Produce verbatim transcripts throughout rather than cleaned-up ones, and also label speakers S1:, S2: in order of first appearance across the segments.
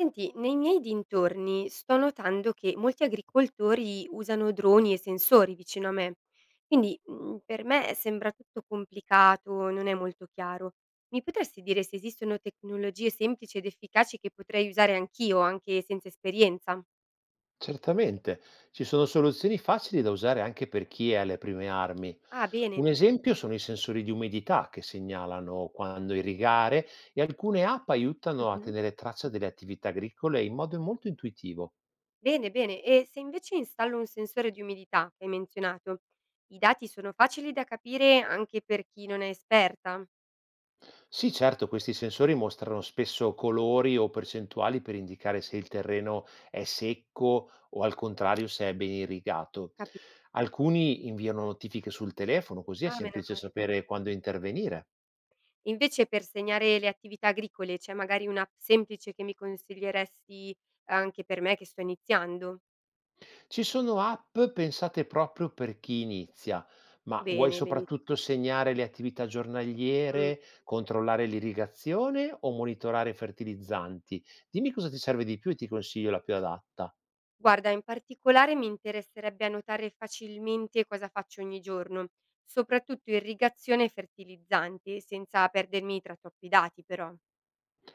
S1: Senti, nei miei dintorni sto notando che molti agricoltori usano droni e sensori vicino a me, quindi mm, per me sembra tutto complicato, non è molto chiaro. Mi potresti dire se esistono tecnologie semplici ed efficaci che potrei usare anch'io, anche senza esperienza?
S2: Certamente, ci sono soluzioni facili da usare anche per chi è alle prime armi.
S1: Ah, bene.
S2: Un esempio sono i sensori di umidità che segnalano quando irrigare e alcune app aiutano a
S1: Mhm.
S2: tenere traccia delle attività agricole in modo molto intuitivo.
S1: Bene, bene. E se invece installo un sensore di umidità che hai menzionato, i dati sono facili da capire anche per chi non è esperta?
S2: Sì, certo, questi sensori mostrano spesso colori o percentuali per indicare se il terreno è secco o al contrario se è ben irrigato.
S1: Capito.
S2: Alcuni inviano notifiche sul telefono, così è
S1: Ah, meno
S2: semplice
S1: male.
S2: sapere quando intervenire.
S1: Invece per segnare le attività agricole c'è magari un'app semplice che mi consiglieresti anche per me che sto iniziando?
S2: Ci sono app pensate proprio per chi inizia, ma vuoi
S1: Bene, benissimo.
S2: soprattutto segnare le attività
S1: Mh.
S2: giornaliere, controllare l'irrigazione o monitorare fertilizzanti? Dimmi cosa ti serve di più e ti consiglio la più adatta.
S1: Guarda, in particolare mi interesserebbe annotare facilmente cosa faccio ogni giorno, soprattutto irrigazione e fertilizzanti, senza perdermi tra troppi dati però.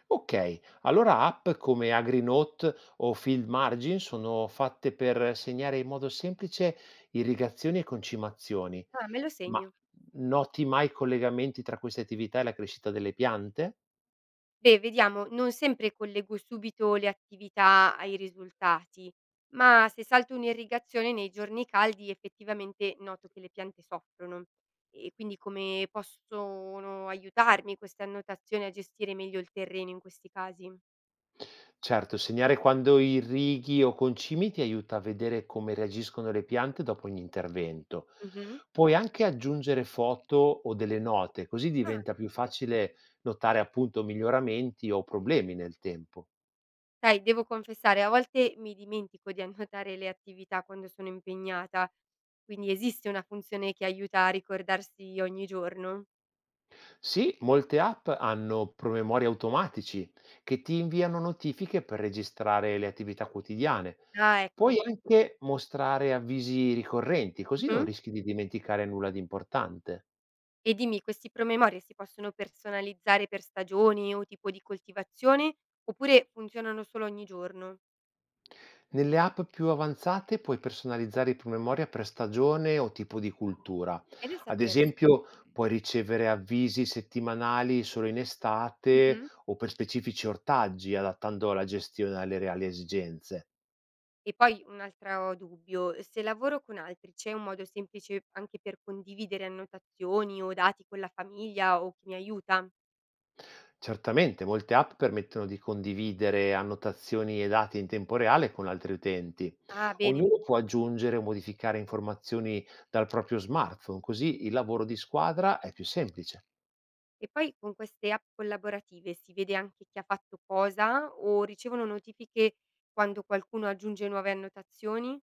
S2: Ok, allora app come AgriNote o Field Margin sono fatte per segnare in modo semplice irrigazioni e concimazioni,
S1: Ah, me lo
S2: ma
S1: segno.
S2: noti mai collegamenti tra queste attività e la crescita delle piante?
S1: Beh, vediamo, non sempre collego subito le attività ai risultati, ma se salto un'irrigazione nei giorni caldi effettivamente noto che le piante soffrono. E quindi come possono aiutarmi queste annotazioni a gestire meglio il terreno in questi casi?
S2: Certo, segnare quando irrighi o concimi ti aiuta a vedere come reagiscono le piante dopo ogni intervento.
S1: Mhm.
S2: Puoi anche aggiungere foto o delle note, così
S1: Ah,
S2: diventa più
S1: ok.
S2: facile notare appunto miglioramenti o problemi nel tempo.
S1: Sai, devo confessare, a volte mi dimentico di annotare le attività quando sono impegnata, quindi esiste una funzione che aiuta a ricordarsi ogni giorno.
S2: Sì, molte app hanno promemori automatici che ti inviano notifiche per registrare le attività quotidiane.
S1: Ah, ecco.
S2: Puoi anche mostrare avvisi ricorrenti, così non rischi di dimenticare nulla di importante.
S1: E dimmi, questi promemoria si possono personalizzare per stagioni o tipo di coltivazione, oppure funzionano solo ogni giorno?
S2: Nelle app più avanzate puoi personalizzare i promemoria per stagione o tipo di cultura.
S1: È da
S2: Ad
S1: sapersi.
S2: esempio, puoi ricevere avvisi settimanali solo in estate
S1: Mh-mh.
S2: o per specifici ortaggi, adattando la gestione alle reali esigenze.
S1: E poi un altro dubbio, se lavoro con altri c'è un modo semplice anche per condividere annotazioni o dati con la famiglia o chi mi aiuta?
S2: Certamente, molte app permettono di condividere annotazioni e dati in tempo reale con altri utenti.
S1: Ah, bene.
S2: Ognuno può aggiungere o modificare informazioni dal proprio smartphone, così il lavoro di squadra è più semplice.
S1: E poi con queste app collaborative si vede anche chi ha fatto cosa o ricevono notifiche quando qualcuno aggiunge nuove annotazioni?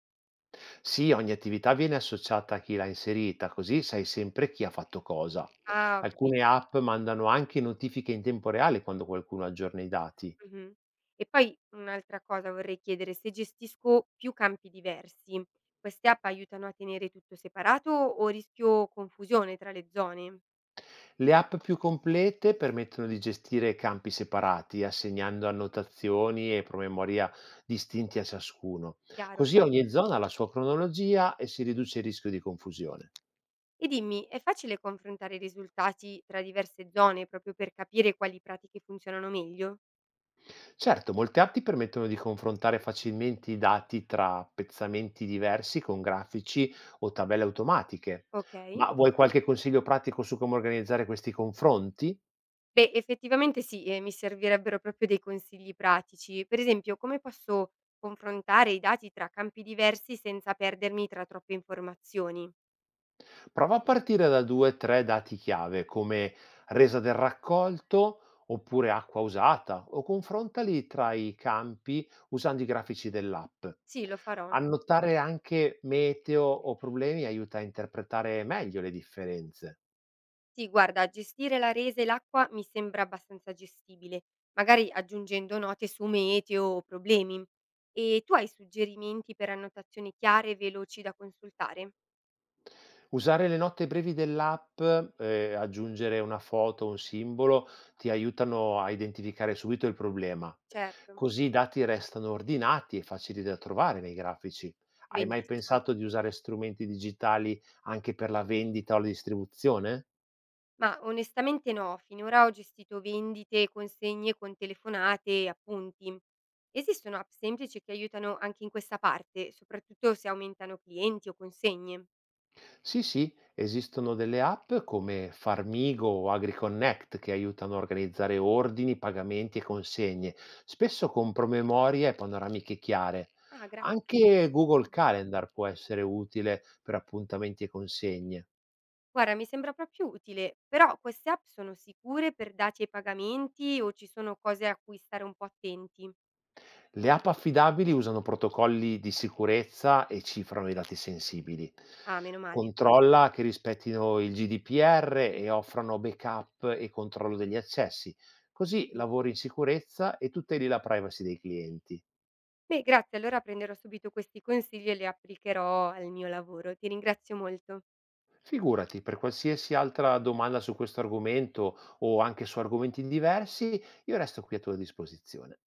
S2: Sì, ogni attività viene associata a chi l'ha inserita, così sai sempre chi ha fatto cosa.
S1: Ah, ho
S2: Alcune
S1: capito.
S2: app mandano anche notifiche in tempo reale quando qualcuno aggiorna i dati.
S1: Mh-mh. E poi un'altra cosa vorrei chiedere: se gestisco più campi diversi, queste app aiutano a tenere tutto separato o rischio confusione tra le zone?
S2: Le app più complete permettono di gestire campi separati, assegnando annotazioni e promemoria distinti a ciascuno.
S1: Chiaro,
S2: Così
S1: chiaro.
S2: ogni zona ha la sua cronologia e si riduce il rischio di confusione.
S1: E dimmi, è facile confrontare i risultati tra diverse zone proprio per capire quali pratiche funzionano meglio?
S2: Certo, molte app ti permettono di confrontare facilmente i dati tra pezzamenti diversi con grafici o tabelle automatiche.
S1: Okay.
S2: Ma vuoi qualche consiglio pratico su come organizzare questi confronti?
S1: Beh, effettivamente sì, ehm, mi servirebbero proprio dei consigli pratici. Per esempio, come posso confrontare i dati tra campi diversi senza perdermi tra troppe informazioni?
S2: Prova a partire da due o tre dati chiave, come resa del raccolto oppure acqua usata, o confrontali tra i campi usando i grafici dell'app.
S1: Sì, lo farò.
S2: Annotare anche meteo o problemi aiuta a interpretare meglio le differenze.
S1: Sì, guarda, gestire la resa e l'acqua mi sembra abbastanza gestibile, magari aggiungendo note su meteo o problemi. E tu hai suggerimenti per annotazioni chiare e veloci da consultare?
S2: Usare le note brevi dell'app, ehm, aggiungere una foto, un simbolo, ti aiutano a identificare subito il problema.
S1: Certo,
S2: Così i dati restano ordinati e facili da trovare nei grafici. Hai mai
S1: benissimo.
S2: pensato di usare strumenti digitali anche per la vendita o la distribuzione?
S1: Ma onestamente no, finora ho gestito vendite e consegne con telefonate e appunti. Esistono app semplici che aiutano anche in questa parte, soprattutto se aumentano clienti o consegne.
S2: Sì, sì, esistono delle app come Farmigo o AgriConnect che aiutano a organizzare ordini, pagamenti e consegne, spesso con promemoria e panoramiche chiare.
S1: Ah, grazie.
S2: Anche Google Calendar può essere utile per appuntamenti e consegne.
S1: Guarda, mi sembra proprio utile, però queste app sono sicure per dati e pagamenti o ci sono cose a cui stare un po' attenti?
S2: Le app affidabili usano protocolli di sicurezza e cifrano i dati sensibili.
S1: Ah, meno male.
S2: Controlla che rispettino il G D P R e offrano backup e controllo degli accessi. Così
S1: Mm.
S2: lavori in sicurezza e tuteli la privacy dei clienti.
S1: Beh, grazie, allora prenderò subito questi consigli e li applicherò al mio lavoro. Ti ringrazio molto.
S2: Figurati, per qualsiasi altra domanda su questo argomento o anche su argomenti diversi, io resto qui a tua disposizione.